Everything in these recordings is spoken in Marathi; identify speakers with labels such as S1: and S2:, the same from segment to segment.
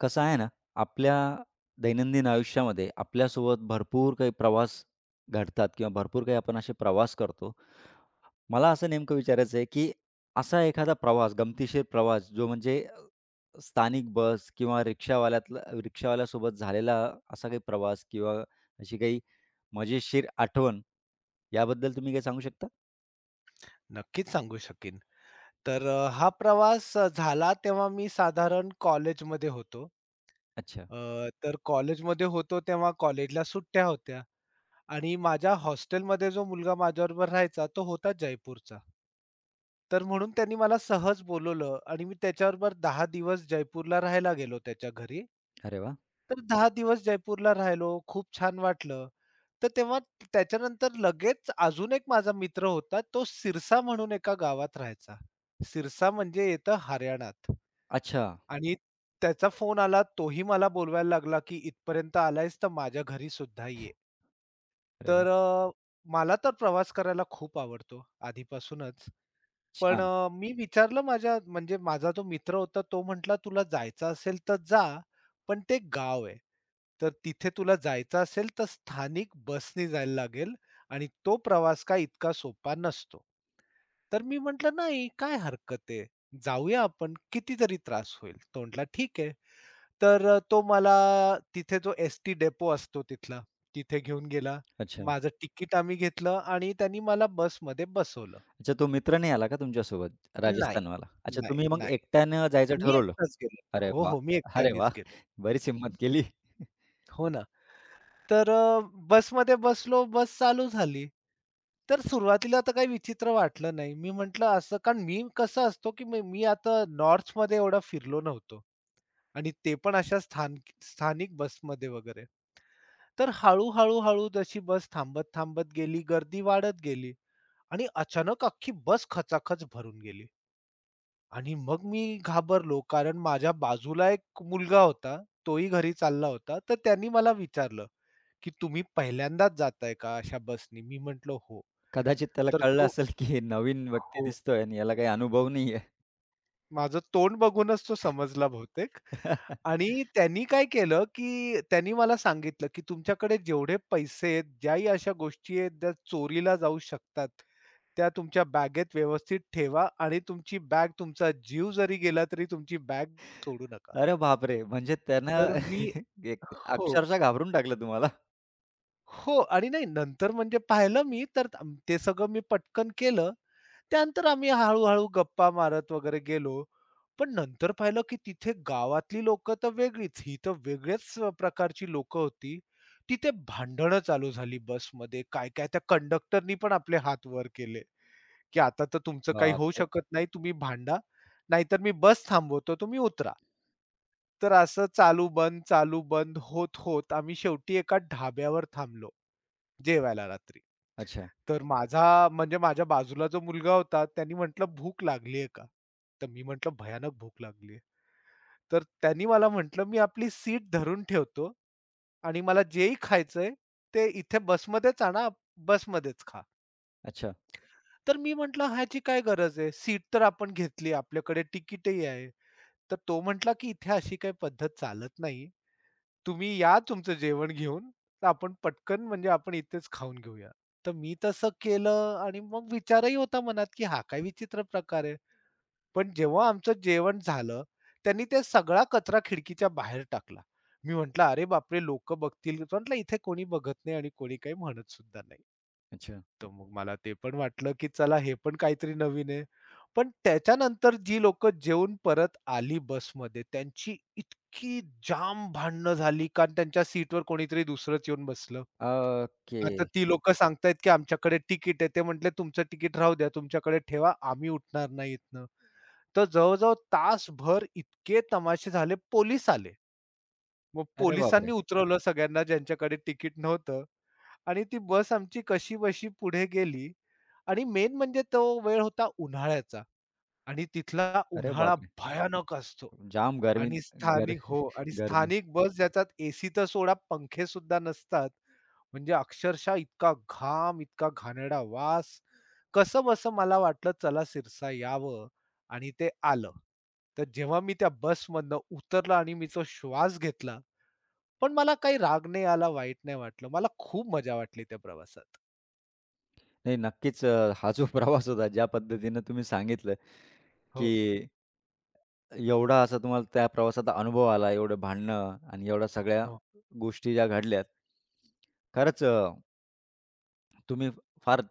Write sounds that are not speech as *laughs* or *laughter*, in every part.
S1: कसं आहे ना, आपल्या दैनंदिन आयुष्यामध्ये आपल्यासोबत भरपूर काही प्रवास घडतात किंवा भरपूर काही आपण असे प्रवास करतो. मला असं नेमकं विचारायचं आहे, की असा एखादा प्रवास, गमतीशीर प्रवास जो म्हणजे स्थानिक बस किंवा रिक्षावाल्यासोबत झालेला असा काही प्रवास किंवा अशी काही मजेशीर आठवण, याबद्दल तुम्ही काही सांगू शकता?
S2: नक्कीच सांगू शकेन. तर हा प्रवास झाला तेव्हा मी साधारण कॉलेजमध्ये होतो.
S1: अच्छा.
S2: अ, तर कॉलेजमध्ये होतो तेव्हा कॉलेजला सुट्ट्या होत्या आणि माझ्या हॉस्टेलमध्ये जो मुलगा माझ्याबरोबर राहायचा तो होता जयपूरचा. तर म्हणून त्यांनी मला सहज बोलावलं आणि मी त्याच्याबरोबर 10 दिवस जयपूरला राहायला गेलो त्याच्या घरी.
S1: अरे वाह!
S2: तर 10 दिवस जयपूरला राहिलो, खूप छान वाटलं. तर तेव्हा त्याच्यानंतर लगेच अजून एक माझा मित्र होता. तो सिरसा म्हणून एका गावात राहायचा. सिरसा म्हणजे येतं हरियाणात
S1: अच्छा.
S2: आणि त्याचा फोन आला. तोही मला बोलवायला लागला, की "इथपर्यंत आलायस तर माझ्या घरी सुद्धा ये."
S1: अरे
S2: तर
S1: वाह!
S2: मला तर प्रवास करायला खूप आवडतो आधीपासूनच. पण
S1: छान.
S2: मी विचारलं माझ्या म्हणजे माझा जो मित्र होता तो म्हटला, "तुला जायचं असेल तर जा, पण ते गाव आहे. तर तिथे तुला जायचं असेल तर स्थानिक बसनी जायला लागेल आणि तो प्रवास काय इतका सोपा नसतो." तर मी म्हटलं, "नाही, काय हरकत आहे, जाऊया आपण, कितीतरी त्रास होईल." तो म्हटला, "ठीक आहे." तर तो मला तिथे जो ST डेपो असतो तिथला, तिथे घेऊन गेला.
S1: अच्छा.
S2: माझं तिकीट आम्ही घेतलं आणि त्यांनी मला बसमध्ये बसवलं.
S1: अच्छा, तो मित्र नाही आला का तुमच्यासोबत राजस्थानवाला? अच्छा,
S2: नाही,
S1: तुम्ही मग
S2: नाही.
S1: एकट्यानं जायचं
S2: मी
S1: ठरवलं.
S2: एकटाच गेलो होतो.
S1: अरे
S2: हो,
S1: वाह!
S2: हो. मी
S1: अरे
S2: एकट्यानेच
S1: वाह!
S2: गेलो.
S1: बरीच हिंमत
S2: *laughs*
S1: केली.
S2: हं, हो ना. तर बसमध्ये बसलो, बस चालू झाली. तर सुरुवातीला तर काही विचित्र वाटलं नाही. मी म्हटलं असं कारण मी कसं असतो, की मी मी आता नॉर्थमध्ये एवढा फिरलो नव्हतो आणि ते पण अशा स्थानिक बसमध्ये वगैरे. तर हळू हळू जशी बस थांबत-थांबत गेली, गर्दी वाढत गेली आणि अचानक अख्खी बस खचाखच भरून गेली. आणि मग मी घाबरलो, कारण माझ्या बाजूला एक मुलगा होता, तोही घरी चालला होता. तर त्यांनी मला विचारलं, "की तुम्ही पहिल्यांदाच जाताय का अशा बसनी?" मी म्हटलं, "हो."
S1: कदाचित त्याला
S2: तर
S1: कळलं
S2: तो
S1: असेल, की नवीन व्यक्ती
S2: हो.
S1: दिसतोय आणि याला काही अनुभव नाहीये.
S2: माझं तोंड बघूनच तो समजला बहुतेक आणि त्यांनी काय केलं, की त्यांनी मला सांगितलं, की "तुमच्याकडे जेवढे पैसे आहेत, ज्याही अशा गोष्टी आहेत, ज्या चोरीला जाऊ शकतात, त्या तुमच्या बॅगेत व्यवस्थित ठेवा आणि तुमची बॅग तुमचा जीव जरी गेला, तरी तुमची बॅग सोडू नका."
S1: अरे बापरे! म्हणजे त्यानं
S2: तर मी
S1: एक
S2: हो.
S1: अक्षरशः घाबरून टाकलं तुम्हाला?
S2: हो आणि नाही नंतर म्हणजे पाहिलं मी तर ते सगळं मी पटकन केलं. त्यानंतर आम्ही हळू-हळू गप्पा मारत वगैरे गेलो. पण नंतर पाहिलं की तिथे गावातली लोकं तर वेगळीच, ही तर वेगळ्याच प्रकारची लोकं होती. तिथे भांडणं चालू झाली बसमध्ये. काय-काय त्या कंडक्टरनी पण आपले हात वर केले, की आता तर तुमचं काही होऊ
S1: बापरे!
S2: शकत नाही. तुम्ही भांडा, नाहीतर मी बस थांबवतो, तुम्ही उतरा. तर असं चालू-बंद, चालू-बंद होत-होत आम्ही शेवटी एका ढाब्यावर थांबलो. जेवायला रात्री.
S1: अच्छा,
S2: तर माझा म्हणजे माझ्या बाजूला जो मुलगा होता त्यांनी म्हटलं, "भूक लागली आहे का?" तर मी म्हटलं, "भयानक भूक लागली तर त्यांनी मला म्हटलं, "मी आपली सीट धरून ठेवतो आणि मला जेही खायचंय ते इथे बसमध्येच आणा, बसमध्येच खा."
S1: अच्छा,
S2: तर मी म्हटलं, "ह्याची काय गरज आहे? सीट तर आपण घेतली, आपल्याकडे तिकीटही आहे." तर तो म्हटला, की "इथे अशी काही पद्धत चालत नाही. तुम्ही या तुमचं जेवण घेऊन, तर आपण पटकन म्हणजे आपण इथेच खाऊन घेऊया." तर मी तसं केलं आणि मग विचारही होता मनात, की हा काय विचित्र प्रकार आहे. पण जेव्हा आमचं जेवण झालं, त्यांनी ते सगळा कचरा खिडकीच्या बाहेर टाकला. मी म्हटलं, "अरे बापरे! लोकं बघतील." म्हटलं, "इथे कोणी बघत नाही आणि कोणी काही म्हणत सुद्धा नाही."
S1: अच्छा.
S2: तर मग मला ते पण वाटलं, की चला हे पण काहीतरी नवीन आहे. पण त्याच्यानंतर जी लोकं जेवून परत आली बसमध्ये, त्यांची इतकी जाम भांडणं झाली, कारण त्यांच्या सीटवर कोणीतरी दुसरंच येऊन बसलं.
S1: ओके.
S2: आता ती लोकं सांगतायत, की "आमच्याकडे तिकीट आहे." ते म्हटले, "तुमचं तिकीट राहू द्या, तुमच्याकडे ठेवा, आम्ही उठणार नाही इथनं." तर जवळ तासभर इतके तमाशे झाले. पोलीस आले. मग
S1: अरे बापरे!
S2: पोलिसांनी उतरवलं सगळ्यांना, ज्यांच्याकडे तिकीट नव्हतं. आणि ती बस आमची कशी बशी पुढे गेली आणि मेन म्हणजे तो वेळ होता उन्हाळ्याचा आणि तिथला
S1: अरे
S2: उन्हाळा
S1: बापरे!
S2: भयानक असतो
S1: जाम गरमी
S2: आणि
S1: गर
S2: स्थानिक हो आणि
S1: गरमी.
S2: स्थानिक बस ज्याच्यात AC तर सोडा पंखे सुद्धा नसतात. म्हणजे अक्षरशः इतका घाम, इतका घाणेरडा वास. कसंबसं मला वाटलं चला सिरसा यावं आणि ते आलं. तर जेव्हा मी त्या बसमधनं उतरलो आणि मी तो श्वास घेतला, पण मला काही राग नाही आला, वाईट नाही वाटलं. मला खूप मजा वाटली त्या प्रवासात.
S1: नाही नक्कीच हा जो प्रवास होता ज्या पद्धतीनं तुम्ही सांगितलं,
S2: हो,
S1: की एवढा असा तुम्हाला त्या प्रवासाचा अनुभव आला, एवढं भांडणं आणि एवढ्या सगळ्या
S2: हो,
S1: गोष्टी ज्या घडल्यात. खरंच तुम्ही फार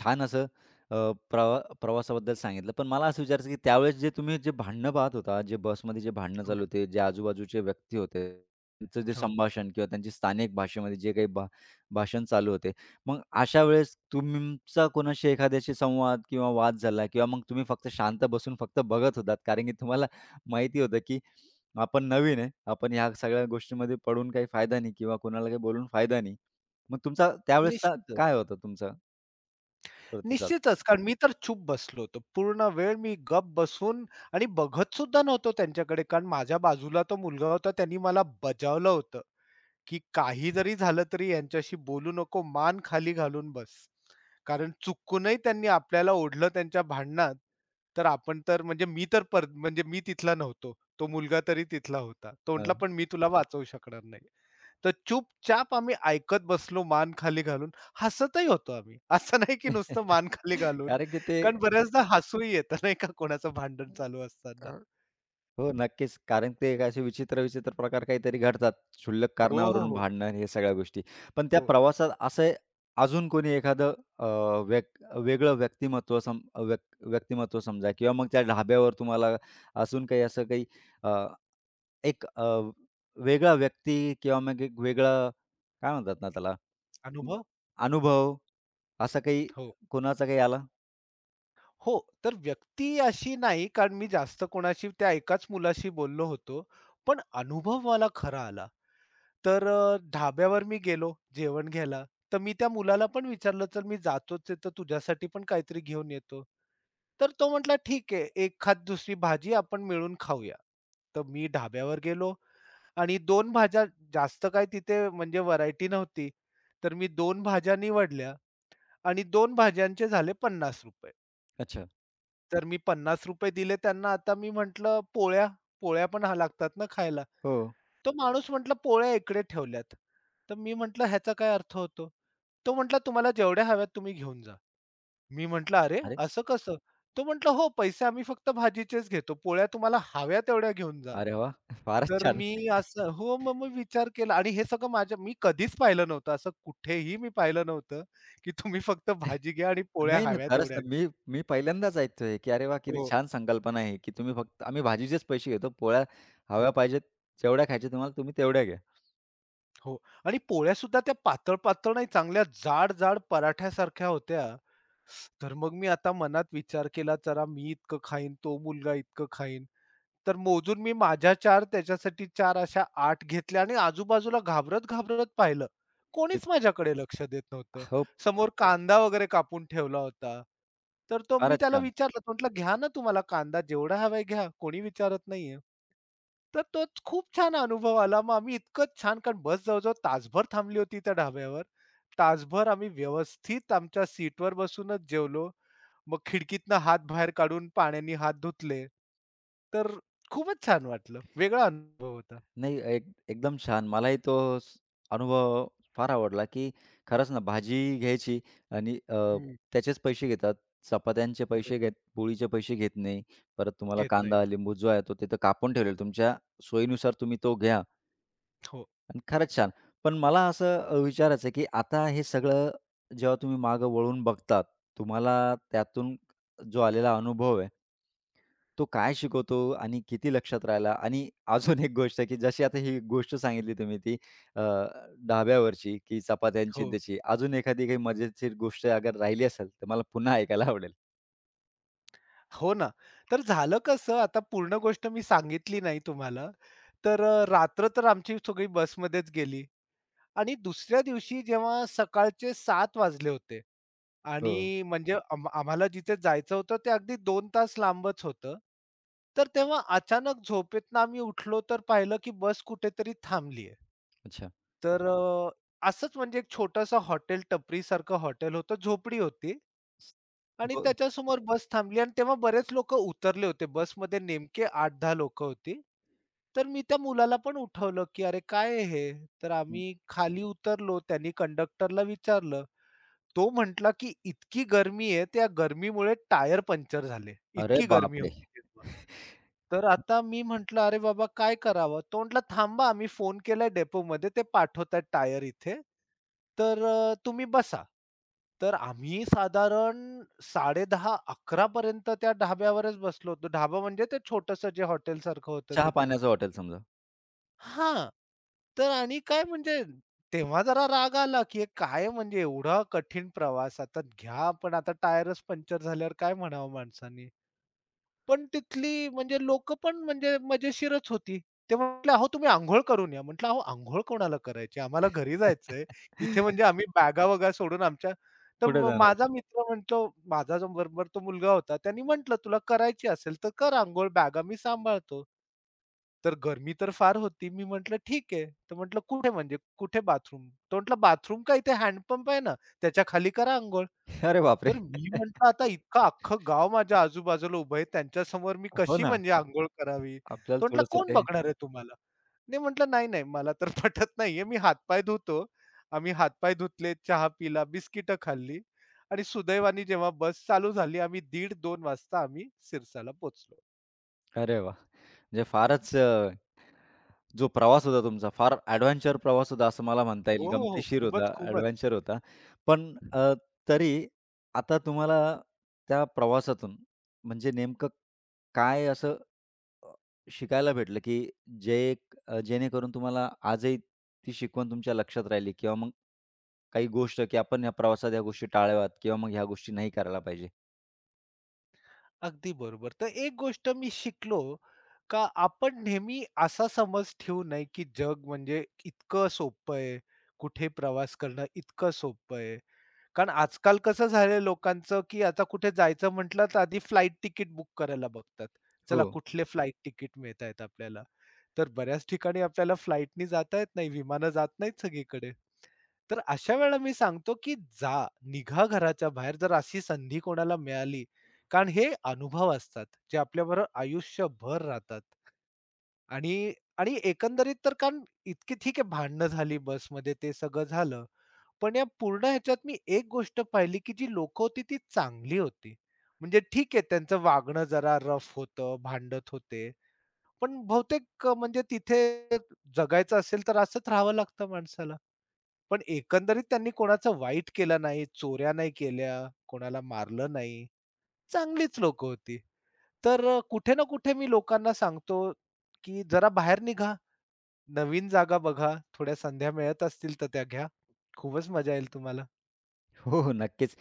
S1: छान असं अ, प्रवासाबद्दल सांगितलं. पण मला असं विचारायचं, की त्यावेळेस जे तुम्ही भांडणं पाहत होता, जे बसमध्ये जे भांडणं
S2: हो,
S1: चालू होते, जे आजूबाजूचे व्यक्ती होते, त्यांचं जे
S2: हो.
S1: संभाषण किंवा त्यांची स्थानिक भाषेमध्ये जे काही भाषण चालू होते. मग अशा वेळेस तुमचा कोणाशी एखाद्याशी संवाद किंवा वाद झाला किंवा मग तुम्ही फक्त शांत बसून फक्त बघत होतात. कारण की तुम्हाला माहिती होतं, की आपण नवीन आहे. आपण ह्या सगळ्या गोष्टींमध्ये पडून काही फायदा नाही किंवा कोणाला काही बोलून फायदा नाही. मग तुमचा त्यावेळेसचा
S2: निश्चितच.
S1: काय होता तुमचा प्रतिसाद?
S2: निश्चितच. कारण मी तर चुप बसलो होतो. पूर्ण वेळ मी गप्प बसून आणि बघत सुद्धा नव्हतो त्यांच्याकडे. कारण माझ्या बाजूला तो मुलगा होता. त्यांनी मला बजावलं होतं, की काही जरी झालं तरी यांच्याशी बोलू नको. मान खाली घालून बस. कारण चुकूनही त्यांनी आपल्याला ओढलं त्यांच्या भांडणात, तर आपण तर म्हणजे मी तर म्हणजे मी तिथला नव्हतो. तो मुलगा तरी तिथला होता. तो म्हटला,
S1: हां.
S2: "पण मी तुला वाचवू शकणार नाही." तर चुपचाप आम्ही ऐकत बसलो मान खाली घालून. हसतही होतो आम्ही. *laughs* असं नाही की नुसतं मान खाली
S1: *laughs*
S2: घालून.
S1: कारण की ते
S2: कारण बऱ्याचदा हसूही येतं नाही का कोणाचं भांडण चालू असताना.
S1: हो, नक्कीच. कारण ते काय असे विचित्र-विचित्र प्रकार काहीतरी घडतात. क्षुल्लक
S2: हो, हो,
S1: कारणावरून
S2: हो.
S1: भांडणं हे सगळ्या गोष्टी. पण त्या
S2: हो.
S1: प्रवासात असे अजून कोणी एखादं अ, व्यक वेगळं व्यक्तिमत्व व्यक व्यक्तिमत्व समजा किंवा मग त्या ढाब्यावर तुम्हाला अजून काही असं काही एक वेगळा व्यक्ती किंवा मग एक वेगळा काय म्हणतात ना त्याला, ब
S2: अनुभव?
S1: अनुभव असा काही
S2: हो.
S1: कोणाचा काही आला?
S2: हो. तर व्यक्ती अशी नाही कारण मी जास्त कोणाशी त्या एकाच मुलाशी बोललो होतो. पण अनुभव मला खरा आला. तर ढाब्यावर मी गेलो जेवण घ्यायला. तर मी त्या मुलाला पण विचारलं, "चल मी जातोच आहे तर तुझ्यासाठी पण काहीतरी घेऊन येतो." तर तो म्हटला, "ठीक आहे, एखाद दुसरी भाजी आपण मिळून खाऊया." तर मी ढाब्यावर गेलो आणि दोन भाज्या जास्त काय तिथे म्हणजे व्हरायटी नव्हती. तर मी 2 भाज्या निवडल्या आणि 2 भाज्यांचे झाले ₹50.
S1: अच्छा.
S2: तर मी ₹50 दिले त्यांना. आता मी म्हटलं, "पोळ्या, पोळ्या पण हा लागतात ना खायला."
S1: हो.
S2: तो माणूस म्हटला, "पोळ्या इकडे ठेवल्यात." तर मी म्हटलं, "ह्याचा काय अर्थ होतो?" तो म्हटला, "तुम्हाला जेवढ्या हव्यात तुम्ही घेऊन जा." मी म्हटलं, "अरे,
S1: अरे,
S2: असं कसं?" तो म्हटला, "हो, पैसे आम्ही फक्त भाजीचेच घेतो. पोळ्या तुम्हाला हव्या तेवढ्या घेऊन जा."
S1: अरे वाह! फारच
S2: तर
S1: छान.
S2: मी असं हो, मग मी विचार केला आणि हे सगळं माझ्या मी कधीच पाहिलं नव्हतं. असं कुठेही मी पाहिलं नव्हतं, की तुम्ही फक्त
S1: *laughs*
S2: भाजी घ्या आणि पोळ्या
S1: नाही, नाही.
S2: हव्या
S1: खरंच
S2: तेवढ्या
S1: ना.
S2: घ्या.
S1: मी मी पहिल्यांदाच ऐकतोय, की अरे वाह! किती
S2: हो,
S1: छान संकल्पना आहे, की तुम्ही फक्त आम्ही भाजीचेच पैसे घेतो. पोळ्या
S2: हो,
S1: हव्या पाहिजेत, जेवढ्या खायच्या तुम्हाला, तुम्ही तेवढ्या घ्या.
S2: हो. आणि पोळ्यासुद्धा त्या पातळ-पातळ नाही, चांगल्या जाड-जाड पराठ्यासारख्या होत्या. तर मग मी आता मनात विचार केला, "जरा मी इतकं खाईन, तो मुलगा इतकं खाईन." तर मोजून मी माझ्या 4 त्याच्यासाठी 4 अशा 8 घेतल्या आणि आजूबाजूला घाबरत-घाबरत पाहिलं.
S1: हे
S2: कोणीच माझ्याकडे लक्ष देत नव्हतं.
S1: हो,
S2: समोर कांदा वगैरे कापून ठेवला होता. तर तो मी
S1: फारच
S2: त्याला
S1: छान.
S2: विचारलं म्हटलं, "घ्या ना तुम्हाला कांदा जेवढा हवाय घ्या, कोणी विचारत नाहीये." तर तो खूप छान अनुभव आला. मग आम्ही इतकं छान कारण बस जवळ तासभर थांबली होती त्या ढाब्यावर. तासभर आम्ही व्यवस्थित आमच्या सीटवर बसूनच जेवलो. मग खिडकीतनं हात बाहेर काढून पाण्याने हात धुतले. तर खूपच छान वाटलं. वेगळा अनुभव होता.
S1: नाही, एक एकदम छान. मलाही तो स अनुभव फार आवडला, की खरंच ना भाजी घ्यायची आणि
S2: हं.
S1: त्याचेच पैसे घेतात. चपात्यांचे
S2: हो.
S1: पैसे घेत पोळीचे पैसे घेत नाही. परत तुम्हाला
S2: घेत नाहीत.
S1: कांदा, लिंबू जो आहे तो तिथं कापून ठेवलेला. तुमच्या सोयीनुसार तुम्ही तो घ्या.
S2: हो,
S1: आणि खरंच छान. पण मला असं विचारायचं आहे, की आता हे सगळं जेव्हा तुम्ही मागे वळून बघतात, तुम्हाला त्यातून जो आलेला अनुभव आहे, तो काय शिकवतो आणि किती लक्षात राहिला? आणि *laughs* अजून एक गोष्ट आहे, की जशी आता ही गोष्ट सांगितली तुम्ही ती अ, ढाब्यावरची, की चपात्यांची आणि
S2: हो.
S1: त्याची. अजून एखादी काही मजेशीर गोष्ट अगर राहिली असेल, तर मला पुन्हा ऐकायला आवडेल.
S2: हो ना. तर झालं कसं आता पूर्ण गोष्ट मी सांगितली नाही तुम्हाला. तर रात्र तर आमची सगळी बसमध्येच गेली. आणि दुसऱ्या दिवशी जेव्हा सकाळचे 7 वाजले होते
S1: हो.
S2: आणि म्हणजे आम्हाला जिथे जायचं होतं ते अगदी 2 तास लांबच होतं. तर तेव्हा अचानक झोपेतनं आम्ही उठलो तर पाहिलं की बस कुठेतरी थांबलीये.
S1: अच्छा.
S2: तर असंच म्हणजे एक छोटंसं हॉटेल टपरीसारखं हॉटेल होतं, झोपडी होती. आणि
S1: ब
S2: त्याच्यासमोर बस थांबली आणि तेव्हा बरेच लोक उतरले होते. बसमध्ये नेमके 8-10 लोक होती. तर मी त्या मुलाला पण उठवलं, की "अरे, काय आहे हे?" तर आम्ही खाली उतरलो. त्यांनी कंडक्टरला विचारलं. तो म्हटला, की "इतकी गरमी आहे, त्या गरमीमुळे टायर पंक्चर झाले."
S1: अरे
S2: इतकी गरमी
S1: बापरे!
S2: होती तेव्हा. तर आता मी म्हटलं, "अरे बाबा, काय करावं?" तो म्हटला, "थांबा, आम्ही फोन केलाय डेपोमध्ये, ते पाठवतायत टायर इथे. तर तुम्ही बसा." तर आम्ही साधारण 10:30-11 पर्यंत त्या ढाब्यावरच बसलो होतो. ढाबा म्हणजे ते छोटंसं जे हॉटेलसारखं होतं तिथे.
S1: चहा-पाण्याचं हॉटेल समजा.
S2: हां. तर आणि काय म्हणजे तेव्हा जरा राग आला, की हे काय म्हणजे एवढा कठीण प्रवास आता घ्या, पण आता टायरच पंक्चर झाल्यावर काय म्हणावं माणसानी. पण तिथली म्हणजे लोकं पण म्हणजे मजेशीरच होती. ते म्हटले, "अहो तुम्ही अंघोळ करून या." म्हटलं, "अहो अंघोळ कोणाला करायची? आम्हाला घरी जायचंय." इथे म्हणजे
S1: *laughs*
S2: आम्ही बॅगा-वॅगा सोडून आमच्या तर
S1: कुठे जाणार?
S2: माझा मित्र म्हणतो माझा जो बरोबर तो मुलगा होता, त्यांनी म्हटलं, "तुला करायची असेल तर कर अंघोळ, बॅगा मी सांभाळतो." तर गरमी तर फार होती. मी म्हटलं, "ठीक आहे." तर म्हटलं, "कुठे म्हणजे कुठे बाथरूम?" तो म्हटला, "बाथरूम काय इथे हँडपंप आहे ना, त्याच्या खाली करा अंघोळ."
S1: अरे बापरे!
S2: तर मी म्हटलं, "आता इतकं अख्खं गाव माझ्या आजूबाजूला उभं आहे, त्यांच्यासमोर मी
S1: हो
S2: कशी
S1: ना.
S2: म्हणजे अंघोळ करावी?"
S1: आपल्याला
S2: तो म्हटला,
S1: थोडंसं
S2: "कोण
S1: ते
S2: बघणार आहे तुम्हाला?" मी म्हटलं, "नाही, नाही, मला तर *laughs* पटत नाहीये. मी हातपाय धुतो." आम्ही हातपाय धुतले, चहा पिला, बिस्किटं खाल्ली आणि सुदैवाने जेव्हा बस चालू झाली, आम्ही 1:30-2 वाजता आम्ही सिरसाला पोहोचलो.
S1: अरे वाह! म्हणजे फारच जो प्रवास होता तुमचा फार एडव्हेंचर प्रवास होता असं मला म्हणता येईल.
S2: हो, हो, हो.
S1: गमतीशीर
S2: खूपच,
S1: होता,
S2: खूपच.
S1: एडव्हेंचर होता. पण अ, तरी आता तुम्हाला त्या प्रवासातून म्हणजे नेमकं काय असं अ, शिकायला भेटलं, की जे एक जेणेकरून तुम्हाला आजही ती शिकवण तुमच्या लक्षात राहिली किंवा मग काही गोष्ट, की आपण या प्रवासात या गोष्टी टाळाव्यात किंवा मग ह्या गोष्टी नाही करायला पाहिजे?
S2: अगदी बरोबर. तर एक गोष्ट मी शिकलो, का आपण नेहमी असा समज ठेवू नये, की जग म्हणजे इतकं सोपं आहे. कुठे प्रवास करणं इतकं सोपं आहे. कारण आजकाल कसं झालंय लोकांचं, की आता कुठे जायचं म्हटलं, तर आधी फ्लाइट तिकीट बुक करायला बघतात.
S1: हो.
S2: चला कुठले फ्लाइट तिकीट मिळतायत आपल्याला. तर बऱ्याच ठिकाणी आपल्याला फ्लाईटनी जाता येत नाही, विमानं जात नाहीत सगळीकडे. तर अशा वेळेला मी सांगतो, की जा, निघा घराच्या बाहेर जर अशी संधी कोणाला मिळाली. कारण हे अनुभव असतात, जे आपल्याबरोबर आयुष्यभर राहतात. आणि आणि एकंदरीत तर कारण इतकी ठीक आहे भांडणं झाली बसमध्ये, ते सगळं झालं. पण या पूर्ण ह्याच्यात मी एक गोष्ट पाहिली, की जी लोकं होती ती चांगली होती. म्हणजे ठीक आहे त्यांचं वागणं जरा रफ होतं, भांडत होते. पण बहुतेक म्हणजे तिथे जगायचं असेल तर असंच राहावं लागतं माणसाला. पण एकंदरीत त्यांनी कोणाचं वाईट केलं नाही, चोऱ्या नाही केल्या, कोणाला मारलं नाही. चांगलीच लोक होती. तर कुठे ना कुठे मी लोकांना सांगतो, की जरा बाहेर निघा, नवीन जागा बघा, थोड्या संध्या मिळत असतील तर त्या घ्या. खूपच मजा येईल तुम्हाला.
S1: हो, हो. नक्कीच.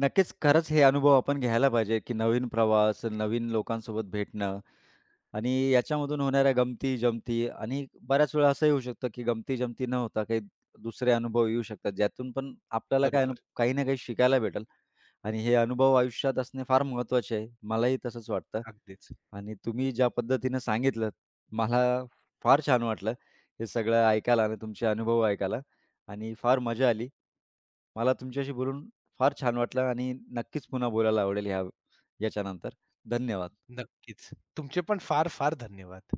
S1: नक्कीच, खरंच हे अनुभव आपण घ्यायला पाहिजे, की नवीन प्रवास, नवीन लोकांसोबत भेटणं आणि याच्यामधून होणाऱ्या गमती-जमती आणि बऱ्याच वेळा असंही होऊ शकतं, की गमती-जमती न होता काही दुसरे अनुभव येऊ शकतात, ज्यातून पण आपल्याला काय ना
S2: बरोबर.
S1: काही ना काही शिकायला भेटेल आणि हे अनुभव आयुष्यात असणे फार महत्त्वाचे आहे. मलाही तसंच वाटतं.
S2: अगदीच.
S1: आणि तुम्ही ज्या पद्धतीनं सांगितलं, मला फार छान वाटलं हे सगळं ऐकायला आणि तुमचे अनुभव ऐकायला आणि फार मजा आली. मला तुमच्याशी बोलून फार छान वाटलं आणि नक्कीच पुन्हा बोलायला आवडेल ह्या याच्यानंतर. धन्यवाद.
S2: नक्कीच. तुमचे पण फार-फार धन्यवाद.